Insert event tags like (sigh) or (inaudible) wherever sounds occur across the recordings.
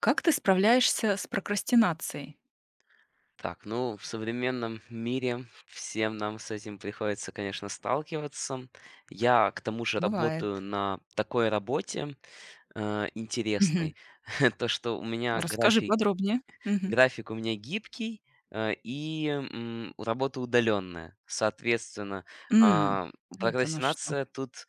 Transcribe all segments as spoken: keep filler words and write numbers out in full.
Как ты справляешься с прокрастинацией? Так, ну, в современном мире всем нам с этим приходится, конечно, сталкиваться. Я, к тому же, Бывает. работаю на такой работе, э, Мгм. интересной. (laughs) то, что у меня Расскажи график подробнее. Мгм. График у меня гибкий, э, и, м, работа удаленная. Соответственно, М, а, вот оно что. прокрастинация тут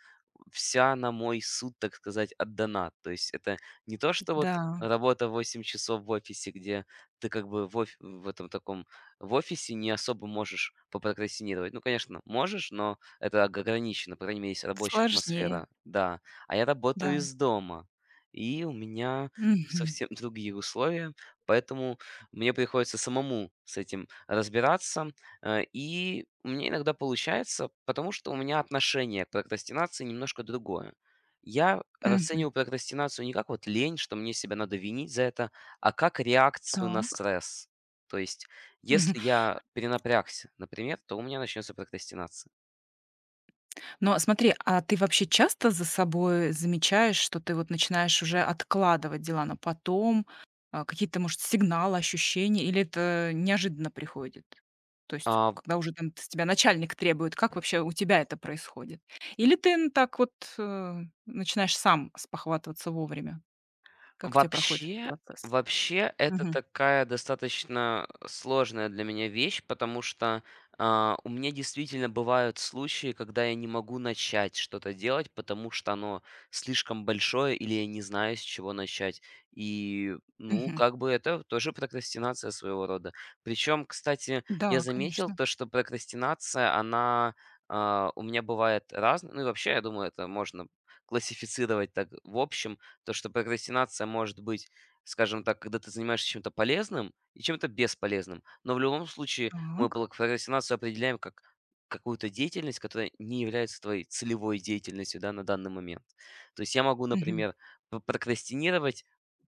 вся на мой суд, так сказать, отдана. То есть это не то, что вот Да, работа восемь часов в офисе, где ты как бы в оф в этом таком в офисе не особо можешь попрокрастинировать. Ну, конечно, можешь, но это ог ограничено, по крайней мере, есть рабочая сложнее. атмосфера. Да. А я Да. работаю из дома, и у меня Мгм. совсем другие условия, поэтому мне приходится самому с этим разбираться. э, И у меня иногда получается, потому что у меня отношение к прокрастинации немножко другое. Я Мгм. расцениваю прокрастинацию не как вот лень, что мне себя надо винить за это, а как реакцию на Так. стресс. То есть, если я перенапрягся, например, то у меня начнется прокрастинация. Но смотри, а ты вообще часто за собой замечаешь, что ты вот начинаешь уже откладывать дела на потом? А, какие-то, может, сигналы, ощущения, или это неожиданно приходит? То есть, А когда уже там с тебя начальник требует, как вообще у тебя это происходит? Или ты н- так вот э, начинаешь сам спохватываться вовремя? Как у тебя проходит этот Вообще процесс? вообще, это Мгм. такая достаточно сложная для меня вещь, потому что, а, у меня действительно бывают случаи, когда я не могу начать что-то делать, потому что оно слишком большое или я не знаю, с чего начать. И, ну, Мгм. как бы это тоже прокрастинация своего рода. Причем, кстати, я Да, заметил конечно. то, что прокрастинация, она, а, у меня бывает разная. Ну и вообще, я думаю, это можно классифицировать так в общем. То, что прокрастинация может быть, скажем так, когда ты занимаешься чем-то полезным и чем-то бесполезным. Но в любом случае мы Так. пла- прокрастинацию определяем как какую-то деятельность, которая не является твоей целевой деятельностью, да, на данный момент. То есть я могу, Мгм. например, п- прокрастинировать,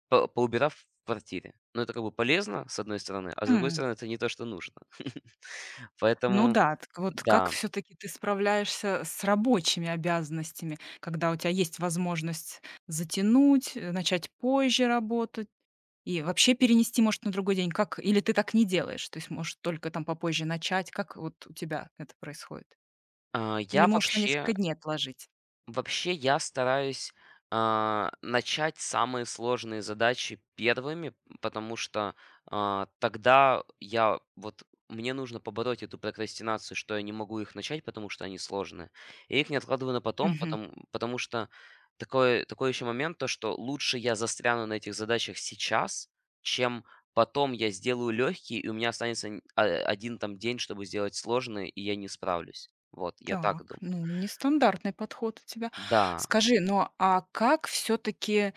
по- поубирав в квартире. Но это как бы полезно, с одной стороны, а с другой М. стороны, это не то, что нужно. (laughs) Ну Поэтому, да, так вот как да, все таки ты справляешься с рабочими обязанностями, когда у тебя есть возможность затянуть, э, начать позже работать и вообще перенести, может, на другой день? Как или ты так не делаешь? То есть можешь только там попозже начать? Как вот у тебя это происходит? а, Или я можешь на несколько вообще дней отложить? вообще я стараюсь а, начать самые сложные задачи первыми, потому что а, тогда я вот мне нужно побороть эту прокрастинацию, что я не могу их начать, потому что они сложные. Я их не откладываю на потом, потому, потому что такой, такой еще момент, то, что лучше я застряну на этих задачах сейчас, чем потом я сделаю легкие, и у меня останется н- а, один там день, чтобы сделать сложные, и я не справлюсь. Вот, я так Так, думаю. ну, нестандартный подход у тебя. Да. Скажи, ну, а как все таки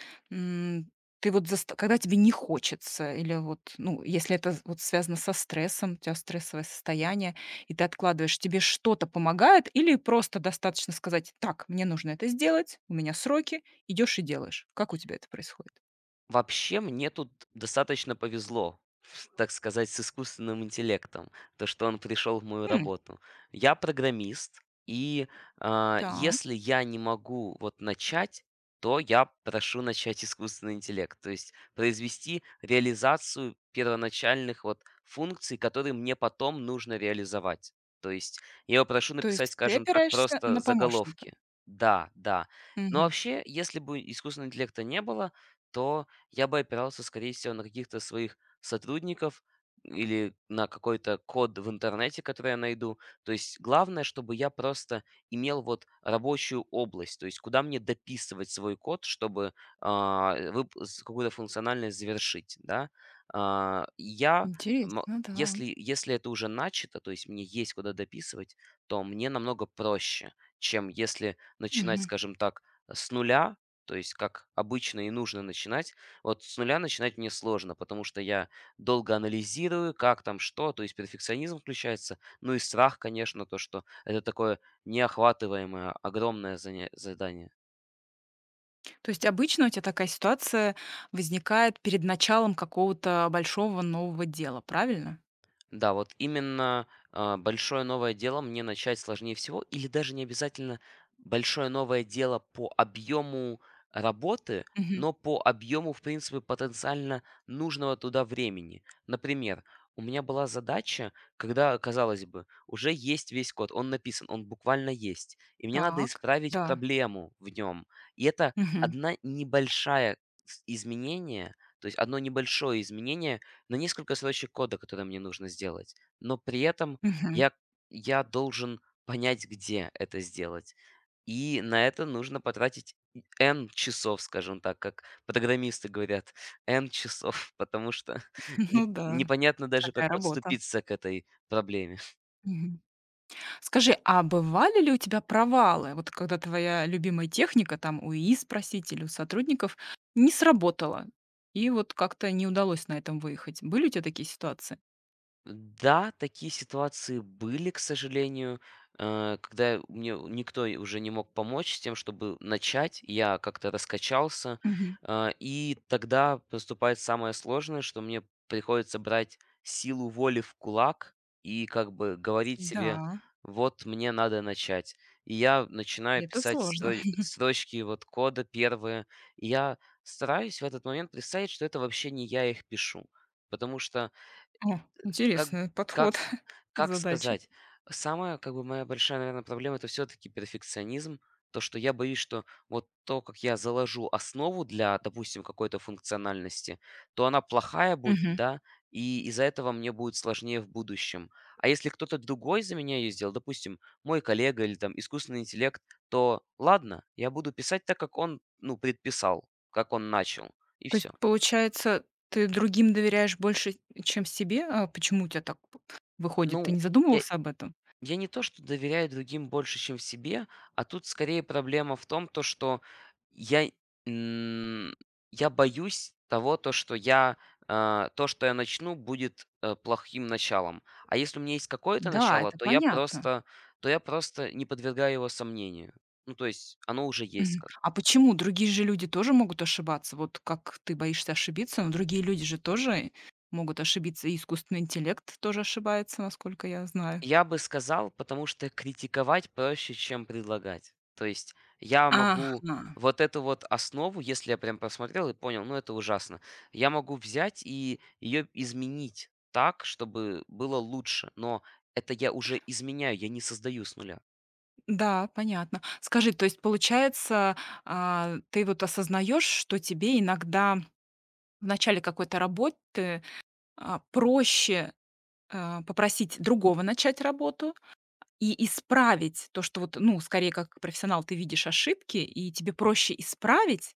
ты вот заст когда тебе не хочется или вот, ну, если это вот связано со стрессом, у тебя стрессовое состояние, и ты откладываешь, тебе что-то помогает или просто достаточно сказать: "Так, мне нужно это сделать, у меня сроки" — идешь и делаешь? Как у тебя это происходит? Вообще, мне тут достаточно повезло, с- так сказать, с искусственным интеллектом, то, что он пришел в мою М, работу. Я программист, и а, так, если я не могу вот начать, то я прошу начать искусственный интеллект, то есть произвести реализацию первоначальных вот функций, которые мне потом нужно реализовать. То есть я его прошу то написать, есть ты скажем так, опираешься просто на помощника. заголовки. Да, да. Но Мгм. вообще, если бы искусственного интеллекта не было, то я бы опирался, скорее всего, на каких-то своих сотрудников или на какой-то код в интернете, который я найду. То есть главное, чтобы я просто имел вот рабочую область, то есть куда мне дописывать свой код, чтобы а, вып- с- какую-то функциональность завершить, да. А, я, м- Интересно, да. если, если это уже начато, то есть мне есть куда дописывать, то мне намного проще, чем если начинать, скажем так, с нуля, то есть как обычно и нужно начинать. Вот с нуля начинать мне сложно, потому что я долго анализирую, как там что, то есть перфекционизм включается, ну и страх, конечно, то, что это такое неохватываемое, огромное заня- задание. То есть обычно у тебя такая ситуация возникает перед началом какого-то большого нового дела, правильно? Да, вот именно, а, большое новое дело мне начать сложнее всего, или даже не обязательно большое новое дело по объему работы, Мгм. но по объему, в принципе, потенциально нужного туда времени. Например, у меня была задача, когда, казалось бы, уже есть весь код, он написан, он буквально есть, и мне надо Так, исправить да. проблему в нем. И это Мгм. одна небольшая с- изменение, то есть одно небольшое изменение, на несколько строчек кода, которые мне нужно сделать. Но при этом Мгм. я, я должен понять, где это сделать. И на это нужно потратить и N часов, скажем так, как программисты говорят, (laughs) N часов, потому что (laughs) (laughs) Ну не- да, непонятно даже, такая как работа. подступиться к этой проблеме. Мгм. Скажи, а бывали ли у тебя провалы? Вот когда твоя любимая техника, там, у ИИ спросить или у сотрудников, не сработала, и вот как-то не удалось на этом выехать. Были у тебя такие ситуации? Да, такие ситуации были, к сожалению, э, когда мне никто и уже не мог помочь с тем, чтобы начать. Я как-то раскачался. Мгм. э, И тогда поступает самое сложное, что мне приходится брать силу воли в кулак и как бы говорить Да, себе, вот мне надо начать. И я начинаю это писать сложно. стро- (laughs) строчки вот кода первые. И я стараюсь в этот момент представить, что это вообще не я их пишу. Потому что О, как интересный как подход (laughs) к как задаче. сказать? Самая, как бы, моя большая, наверное, проблема — это все таки перфекционизм. То, что я боюсь, что вот то, как я заложу основу для, допустим, какой-то функциональности, то она плохая будет, Мгм. да, и из-за этого мне будет сложнее в будущем. А если кто-то другой за меня ее сделал, допустим, мой коллега или там искусственный интеллект, то ладно, я буду писать так, как он, ну, предписал, как он начал, и То есть, все. получается, ты другим доверяешь больше, чем себе? А почему у тебя так п выходит? Ты Ну, не я задумывался об этом? Я не то, что доверяю другим больше, чем в себе, а тут скорее проблема в том, то, что я, м, я боюсь того, то, что я, а, то, что я начну, будет э, плохим началом. А если у меня есть какое-то Да, начало, это то я понятно. просто, то я просто не подвергаю его сомнению. Ну, то есть оно уже есть Мгм. как. А почему? Другие же люди тоже могут ошибаться. Вот как ты боишься ошибиться, но другие люди же тоже могут ошибиться. И искусственный интеллект тоже ошибается, насколько я знаю. Я бы сказал, потому что критиковать проще, чем предлагать. То есть я могу Ага. вот эту вот основу, если я прям просмотрел и понял, ну это ужасно, я могу взять и ее изменить так, чтобы было лучше, но это я уже изменяю, я не создаю с нуля. Да, понятно. Скажи, то есть, получается, а, ты вот осознаешь, что тебе иногда в начале какой-то работы, а, проще а, попросить другого начать работу и исправить то, что вот, ну, скорее как профессионал ты видишь ошибки, и тебе проще исправить,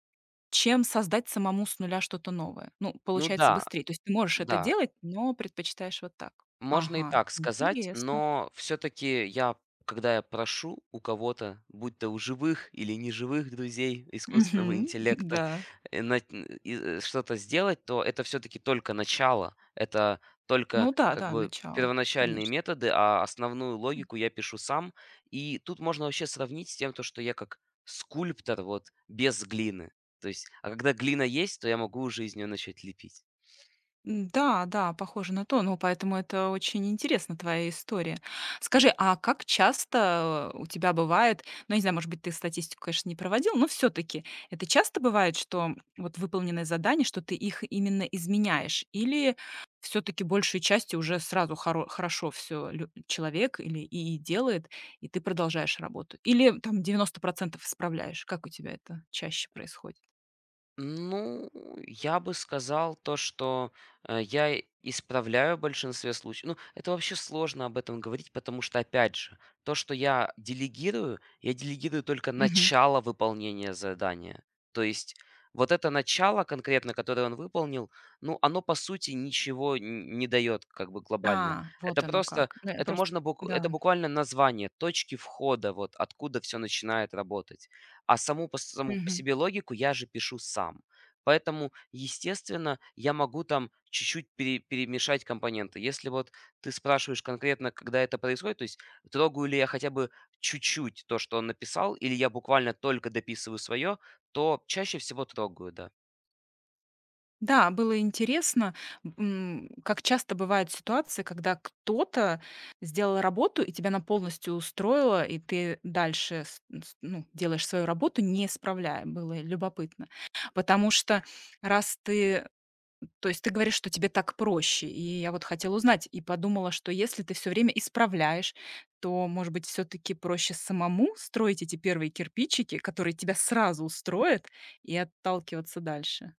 чем создать самому с нуля что-то новое. Ну, Ну получается да, быстрее. То есть ты можешь это да, делать, но предпочитаешь вот так. можно и Ага, так сказать, интересно. но все-таки я, когда я прошу у кого-то, будь то у живых или неживых друзей искусственного Мгм. (laughs) интеллекта, Да. э, на- и, э, что-то сделать, то это все-таки только начало, это только Ну да, как да, бы начало, первоначальные конечно. методы, а основную логику я пишу сам. И тут можно вообще сравнить с тем, то, что я как скульптор вот без глины. То есть, а когда глина есть, то я могу уже из нее начать лепить. М, да, да, похоже на то. Ну, поэтому это очень интересна твоя история. Скажи, а как часто э, у тебя бывает, ну, я не знаю, может быть, ты статистику, конечно, не проводил, но все-таки это часто бывает, что вот выполненные задания, что ты их именно изменяешь? Или все-таки большей части уже сразу хоро- хорошо все человек или и делает, и ты продолжаешь работу? Или там девяносто процентов исправляешь? Как у тебя это чаще происходит? Ну, я бы сказал то, что э, я исправляю в большинстве случаев. Ну, это вообще сложно об этом говорить, потому что, опять же, то, что я делегирую, я делегирую только Мгм. начало выполнения задания. То есть вот это начало конкретно, которое он выполнил, ну, оно, по сути, ничего н- не дает как бы глобально. А, вот Это оно просто, как. Да, я это просто... можно, бук- Да. это буквально название, точки входа, вот откуда все начинает работать. А саму по саму по себе логику я же пишу сам. Поэтому, естественно, я могу там чуть-чуть пере перемешать компоненты. Если вот ты спрашиваешь конкретно, когда это происходит, то есть трогаю ли я хотя бы чуть-чуть то, что он написал, или я буквально только дописываю свое, то чаще всего трогаю, да. Да, было интересно, м, как часто бывают ситуации, когда кто-то сделал работу, и тебя она полностью устроила, и ты дальше с- с- ну, делаешь свою работу, не исправляя. Было любопытно. Потому что раз ты... То есть ты говоришь, что тебе так проще. И я вот хотела узнать, и подумала, что если ты все время исправляешь, то, может быть, все-таки проще самому строить эти первые кирпичики, которые тебя сразу устроят, и отталкиваться дальше.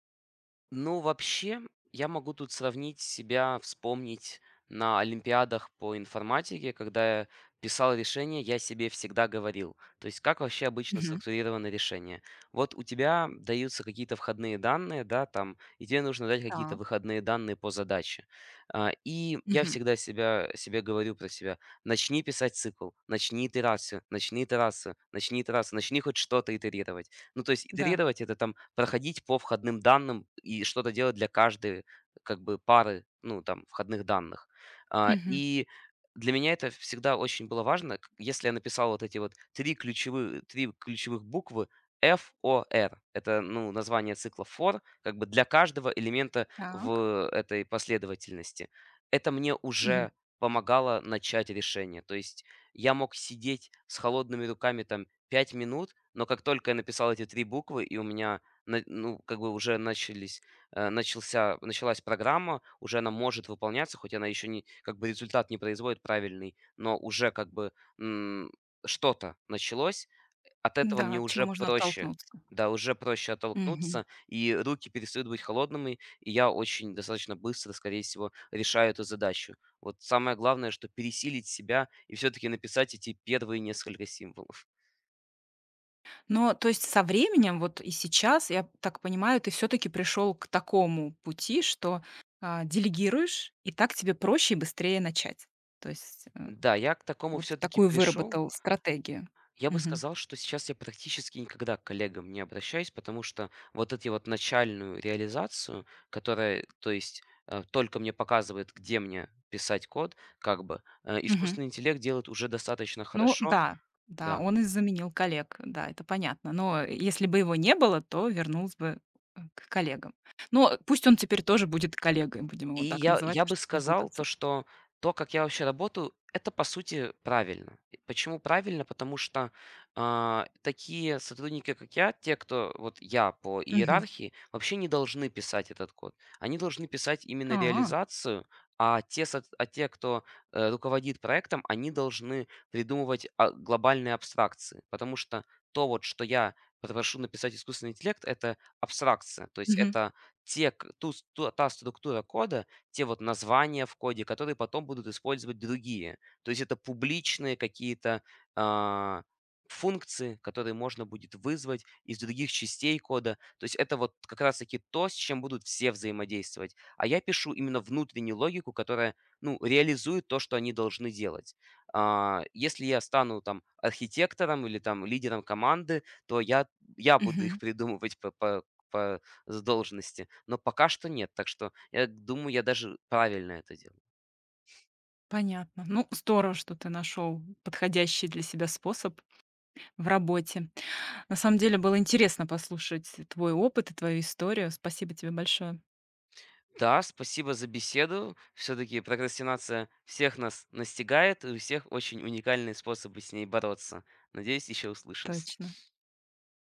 Ну, вообще, я могу тут сравнить себя, вспомнить на олимпиадах по информатике, когда я писал решение, я себе всегда говорил. То есть, как вообще обычно Мгм. структурировано решение? Вот у тебя даются какие-то входные данные, да, там, и тебе нужно дать какие-то Так. выходные данные по задаче. А, И я Мгм. всегда себя, себе говорю про себя. Начни писать цикл, начни итерацию, начни итерацию, начни итерацию, начни хоть что-то итерировать. Ну, то есть Да. итерировать — это там проходить по входным данным и что-то делать для каждой как бы пары, ну, там, входных данных. А, Мгм. и для меня это всегда очень было важно. К Если я написал вот эти вот три ключевые три ключевых буквы F O R, это, ну, название цикла for, как бы для каждого элемента Так. в этой последовательности. Это мне Мгм. уже помогало начать решение. То есть я мог сидеть с холодными руками там пять минут, но как только я написал эти три буквы, и у меня, на ну, как бы уже начались, э, начался началась программа, уже она может выполняться, хоть она еще не как бы результат не производит правильный, но уже как бы, м, что-то началось. От этого Да, мне от чего уже можно проще, оттолкнуться. да, уже проще Мгм. оттолкнуться, и руки перестают быть холодными, и я очень достаточно быстро, скорее всего, решаю эту задачу. Вот самое главное, что пересилить себя и все-таки написать эти первые несколько символов. Но, то есть, со временем, вот и сейчас, я так понимаю, ты все таки пришел к такому пути, что, а, делегируешь, и так тебе проще и быстрее начать. То есть, э, Да, я к такому вот все-таки такую пришел. выработал стратегию. Я бы Мгм. сказал, что сейчас я практически никогда к коллегам не обращаюсь, потому что вот эти вот начальную реализацию, которая, то есть, э, только мне показывает, где мне писать код, как бы, э, Мгм. искусственный интеллект делает уже достаточно Ну хорошо. да, да, Да, он и заменил коллег, да, это понятно. Но если бы его не было, то вернулся бы, э, к коллегам. Но пусть он теперь тоже будет коллегой, будем его и так я называть, я бы чтобы не сказал путаться. то, что то, как я вообще работаю, это, по сути, правильно. И почему правильно? Потому что а, такие сотрудники, как я, те, кто вот я по Мгм. иерархии, вообще не должны писать этот код. Они должны писать именно А, реализацию, а те, со- а те кто э, руководит проектом, они должны придумывать а, глобальные абстракции. Потому что то, вот, что я прошу написать искусственный интеллект, это абстракция. То есть мгм, это те, к- ту, с- ту- та структура кода, те вот названия в коде, которые потом будут использовать другие. То есть это публичные какие-то а, функции, которые можно будет вызвать из других частей кода. То есть это вот как раз-таки то, с чем будут все взаимодействовать. А я пишу именно внутреннюю логику, которая, ну, реализует то, что они должны делать. А, Если я стану там архитектором или там лидером команды, то я, я буду мгм. их придумывать по, по, по с должности, но пока что нет. Так что я думаю, я даже правильно это делаю. Понятно. Ну, здорово, что ты нашел подходящий для себя способ в работе. На самом деле было интересно послушать твой опыт и твою историю. Спасибо тебе большое. Да, спасибо за беседу. Все-таки прокрастинация всех нас настигает, и у всех очень уникальные способы с ней бороться. Надеюсь, еще услышимся. Точно.